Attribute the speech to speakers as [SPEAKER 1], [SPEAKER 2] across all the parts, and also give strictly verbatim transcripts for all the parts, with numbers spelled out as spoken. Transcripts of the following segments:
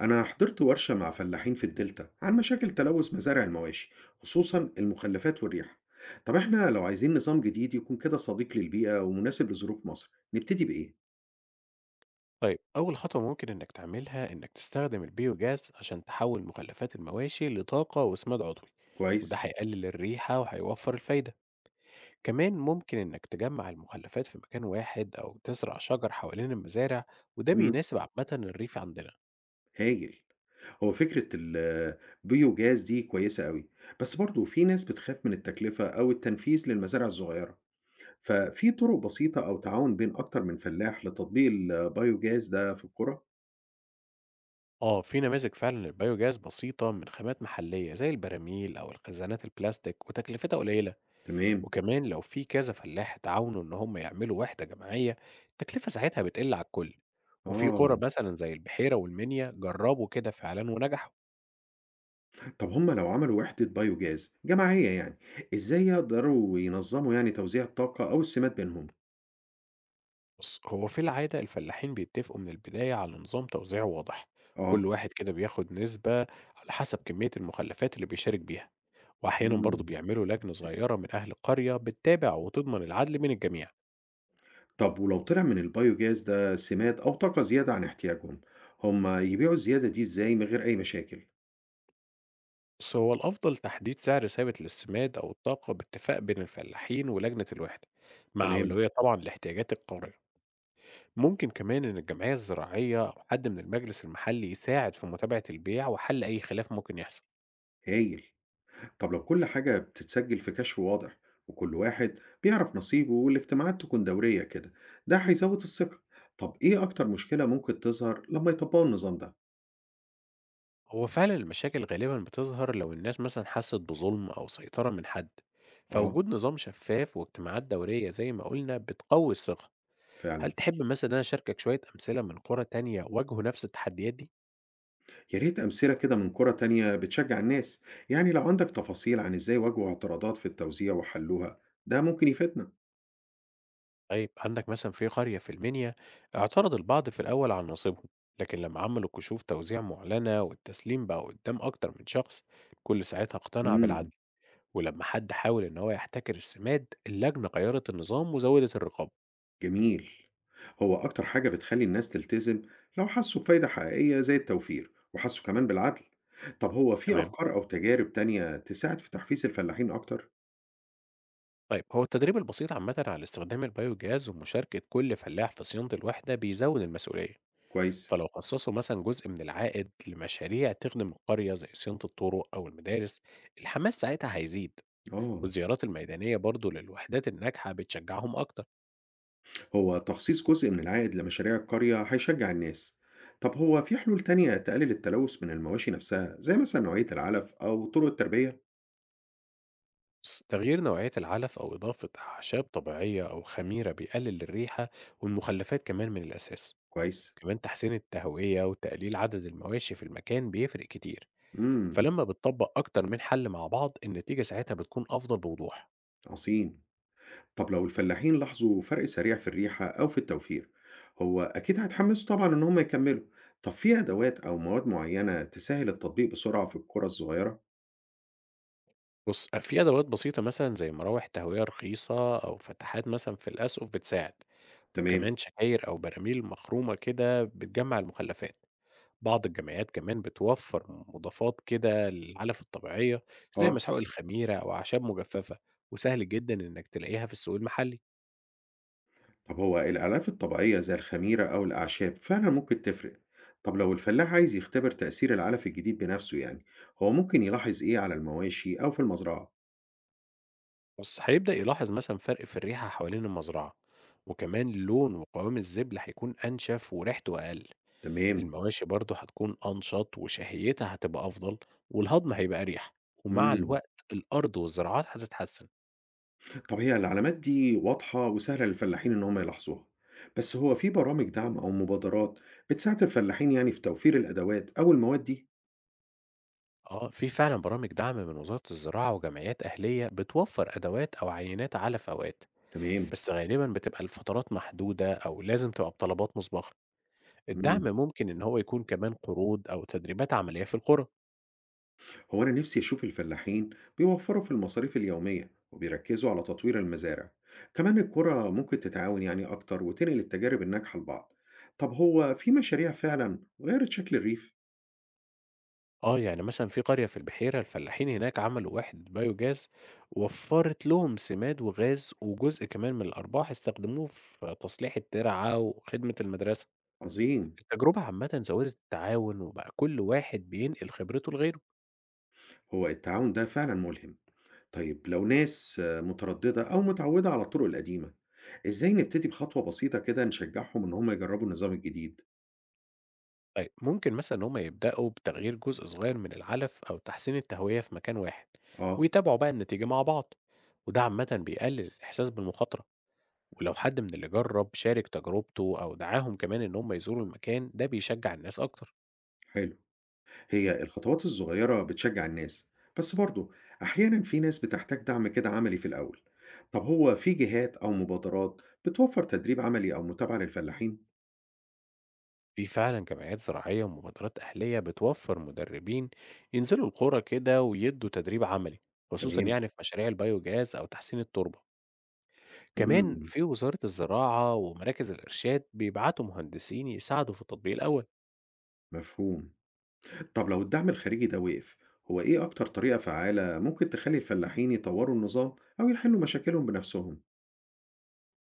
[SPEAKER 1] أنا حضرت ورشة مع فلاحين في الدلتا عن مشاكل تلوث مزارع المواشي، خصوصا المخلفات والريحة. طب احنا لو عايزين نظام جديد يكون كده صديق للبيئة ومناسب لظروف مصر نبتدي بإيه؟
[SPEAKER 2] طيب، أول خطوة ممكن إنك تعملها إنك تستخدم البيوجاز عشان تحول مخلفات المواشي لطاقة وإسماد عضوي. وده
[SPEAKER 1] كويس؟
[SPEAKER 2] هيقلل الريحة وهيوفر الفايدة. كمان ممكن إنك تجمع المخلفات في مكان واحد أو تزرع شجر حوالين المزارع، وده
[SPEAKER 1] مم.
[SPEAKER 2] بيناسب عامة الريف عندنا.
[SPEAKER 1] هايل. هو فكرة البيوجاز دي كويسة قوي، بس برضو في ناس بتخاف من التكلفة أو التنفيذ للمزارع الصغيرة. ففي طرق بسيطة أو تعاون بين أكتر من فلاح لتطبيق البيوجاز ده في القرى؟
[SPEAKER 2] آه، في نماذج فعلا للبيوجاز بسيطة من خامات محلية زي البراميل أو الخزانات البلاستيك، وتكلفتها قليلة.
[SPEAKER 1] تمام.
[SPEAKER 2] وكمان لو في كذا فلاح تعاونوا إن هم يعملوا وحدة جماعية، التكلفة ساعتها بتقل على الكل. وفي قرى
[SPEAKER 1] آه.
[SPEAKER 2] مثلا زي البحيرة والمنيا جربوا كده فعلا ونجحوا.
[SPEAKER 1] طب هم لو عملوا وحدة بايوجاز جماعية يعني ازاي يقدروا ينظموا يعني توزيع الطاقة او السمات بينهم؟
[SPEAKER 2] بص، هو في العادة الفلاحين بيتفقوا من البداية على نظام توزيع واضح. كل
[SPEAKER 1] اه.
[SPEAKER 2] واحد كده بياخد نسبة على حسب كمية المخلفات اللي بيشارك بيها. وأحيانا برضه
[SPEAKER 1] مم.
[SPEAKER 2] بيعملوا لجنة صغيرة من أهل القرية بتتابع وتضمن العدل بين الجميع.
[SPEAKER 1] طب ولو طلع من البايوجاز ده سمات او طاقة زيادة عن احتياجهم، هم يبيعوا الزيادة دي ازاي من غير اي مشاكل؟
[SPEAKER 2] بص، هو الأفضل تحديد سعر ثابت للسماد أو الطاقة باتفاق بين الفلاحين ولجنة الوحدة، مع
[SPEAKER 1] تمام.
[SPEAKER 2] أولوية طبعا لاحتياجات القرية. ممكن كمان إن الجمعية الزراعية أو حد من المجلس المحلي يساعد في متابعة البيع وحل أي خلاف ممكن يحصل.
[SPEAKER 1] هايل. طب لو كل حاجة بتتسجل في كشف واضح، وكل واحد بيعرف نصيبه والاجتماعات تكون دورية كده، ده هيزود الثقة. طب ايه اكتر مشكلة ممكن تظهر لما يطبقوا النظام ده؟
[SPEAKER 2] هو فعلا المشاكل غالبا بتظهر لو الناس مثلا حست بظلم أو سيطرة من حد،
[SPEAKER 1] اه،
[SPEAKER 2] فوجود نظام شفاف واجتماعات دورية زي ما قلنا بتقوي الثقة. هل
[SPEAKER 1] فعلا.
[SPEAKER 2] تحب مثلا إن أنا أشاركك شوية أمثلة من قرى تانية واجهوا نفس التحديات دي؟
[SPEAKER 1] يا ريت أمثلة كده من قرى تانية بتشجع الناس، يعني لو عندك تفاصيل عن إزاي واجهوا اعتراضات في التوزيع وحلوها ده ممكن يفيدنا.
[SPEAKER 2] طيب، عندك مثلا في قرية في المنيا اعترض البعض في الأول على نصيبهم، لكن لما عملوا كشوف توزيع معلنة والتسليم بقى قدام أكتر من شخص، كل ساعتها اقتنع
[SPEAKER 1] امم.
[SPEAKER 2] بالعدل. ولما حد حاول إن هو يحتكر السماد، اللجنة غيرت النظام وزودت الرقابة.
[SPEAKER 1] جميل. هو أكتر حاجة بتخلي الناس تلتزم لو حسوا بفايدة حقيقية زي التوفير وحسوا كمان بالعدل. طب هو في
[SPEAKER 2] تمام.
[SPEAKER 1] أفكار أو تجارب تانية تساعد في تحفيز الفلاحين أكتر؟
[SPEAKER 2] طيب، هو التدريب البسيط عامة على استخدام البيوجاز ومشاركة كل فلاح في صيانة الوحدة بيزود المسؤولية.
[SPEAKER 1] كويس.
[SPEAKER 2] فلو خصصوا مثلا جزء من العائد لمشاريع تخدم القرية زي صيانة الطرق أو المدارس، الحماس ساعتها هيزيد.
[SPEAKER 1] آه.
[SPEAKER 2] والزيارات الميدانية برضو للوحدات الناجحة بتشجعهم أكتر.
[SPEAKER 1] هو تخصيص جزء من العائد لمشاريع القرية هيشجع الناس. طب هو في حلول تانية تقلل التلوث من المواشي نفسها زي مثلا نوعية العلف أو طرق التربية؟
[SPEAKER 2] س- تغيير نوعية العلف أو إضافة أعشاب طبيعية أو خميرة بيقلل الريحة والمخلفات كمان من الأساس.
[SPEAKER 1] كويس.
[SPEAKER 2] كمان تحسين التهوية وتقليل عدد المواشي في المكان بيفرق كتير.
[SPEAKER 1] إمم.
[SPEAKER 2] فلما بتطبق أكتر من حل مع بعض، النتيجة ساعتها بتكون أفضل بوضوح.
[SPEAKER 1] عظيم. طَب لو الفلاحين لاحظوا فرق سريع في الريحة أو في التوفير، هو أكيد هيتحمسوا طبعًا إن هم يكمّلوا. طَب في أدوات أو مواد معيّنة تسهّل التطبيق بسرعة في القرى الصغيرة؟
[SPEAKER 2] بص، في أدوات بسيطة مثلا زي مراوح تهوية رخيصة أو فتحات مثلا في الأسقف بتساعد.
[SPEAKER 1] تمام.
[SPEAKER 2] وكمان شعاير أو براميل مخرومة كده بتجمع المخلفات. بعض الجمعيات كمان بتوفر مضادات كده للعلف الطبيعية زي
[SPEAKER 1] آه.
[SPEAKER 2] مسحوق الخميرة أو أعشاب مجففة، وسهل جدا إنك تلاقيها في السوق المحلي.
[SPEAKER 1] طَب هو الآلاف الطبيعية زي الخميرة أو الأعشاب فعلًا ممكن تفرق. طَب لو الفلاح عايز يختبر تأثير العلف الجديد بنفسه يعني، هو ممكن يلاحظ إيه على المواشي أو في المزرعة؟
[SPEAKER 2] بس هيبدأ يلاحظ مثلا فرق في الريحة حوالين المزرعة، وكمان لون وقوام الزبل هيكون أنشف وريحته أقل.
[SPEAKER 1] تمام.
[SPEAKER 2] المواشي برضه هتكون أنشط وشهيتها هتبقى أفضل، والهضم هيبقى أريح. ومع
[SPEAKER 1] إمم.
[SPEAKER 2] الوقت الأرض والزراعات هتتحسن.
[SPEAKER 1] طب هي العلامات دي واضحة وسهلة للفلاحين إن هم يلاحظوها، بس هو في برامج دعم أو مبادرات بتساعد الفلاحين يعني في توفير الأدوات أو المواد دي؟
[SPEAKER 2] اه، في فعلا برامج دعم من وزارة الزراعة وجمعيات أهلية بتوفر أدوات أو عينات علف أوقات.
[SPEAKER 1] تمام.
[SPEAKER 2] بس غالبًا بتبقى الفترات محدودة أو لازم تبقى بطلبات مسبقة. الدعم
[SPEAKER 1] مم.
[SPEAKER 2] ممكن إن هو يكون كمان قروض أو تدريبات عملية في القرى.
[SPEAKER 1] هو أنا نفسي أشوف الفلاحين بيوفروا في المصاريف اليومية وبيركزوا على تطوير المزارع، كمان القرى ممكن تتعاون يعني أكتر وتنقل التجارب الناجحة لبعض. طب هو في مشاريع فعلا غيرت شكل الريف؟
[SPEAKER 2] آه، يعني مثلًا في قرية في البحيرة الفلاحين هناك عملوا واحد بايوجاز، وفّرت لهم سماد وغاز، وجزء كمان من الأرباح استخدموه في تصليح الترعة وخدمة المدرسة.
[SPEAKER 1] عظيم.
[SPEAKER 2] التجربة عامةً زودت التعاون، وبقى كل واحد بينقل خبرته لغيره.
[SPEAKER 1] هو التعاون ده فعلا ملهم. طيب لو ناس آه، مترددة أو متعودة على الطرق القديمة، إزاي نبتدي بخطوة بسيطة كده نشجعهم إن هم يجربوا النظام الجديد؟
[SPEAKER 2] طيب، ممكن مثلا إن هم يبدأوا بتغيير جزء صغير من العلف أو تحسين التهوية في مكان واحد،
[SPEAKER 1] آه.
[SPEAKER 2] ويتابعوا بقى النتيجة مع بعض. وده عامة بيقلل الإحساس بالمخاطرة. ولو حد من اللي جرب شارك تجربته أو دعاهم كمان إن هم يزوروا المكان ده، بيشجع الناس أكتر.
[SPEAKER 1] حلو. هي الخطوات الصغيرة بتشجع الناس، بس برضه أحيانا في ناس بتحتاج دعم كده عملي في الأول. طب هو في جهات أو مبادرات بتوفر تدريب عملي أو متابعة للفلاحين؟
[SPEAKER 2] في فعلا جمعيات زراعية ومبادرات أهلية بتوفر مدربين ينزلوا القرى كده ويدوا تدريب عملي، خصوصا
[SPEAKER 1] تمام؟
[SPEAKER 2] يعني في مشاريع البيوجاز أو تحسين التربة. كمان
[SPEAKER 1] مم.
[SPEAKER 2] في وزارة الزراعة ومراكز الإرشاد بيبعتوا مهندسين يساعدوا في التطبيق الأول.
[SPEAKER 1] مفهوم. طب لو الدعم الخارجي ده وقف، هو إيه أكتر طريقة فعالة ممكن تخلي الفلاحين يطوروا النظام أو يحلوا مشاكلهم بنفسهم؟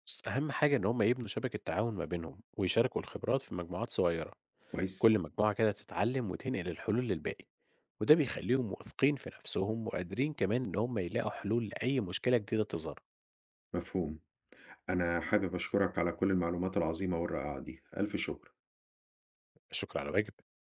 [SPEAKER 2] بس أهم حاجة إن هم يبنوا شبكة تعاون ما بينهم ويشاركوا الخبرات في مجموعات صغيرة.
[SPEAKER 1] كويس.
[SPEAKER 2] كل مجموعة كده تتعلم وتنقل الحلول للباقي، وده بيخليهم واثقين في نفسهم وقادرين كمان إن هم يلاقوا حلول لأي مشكلة جديدة تظهر.
[SPEAKER 1] مفهوم. أنا حابب أشكرك على كل المعلومات العظيمة والرائعة دي، ألف شكر.
[SPEAKER 2] الشكر على واجب.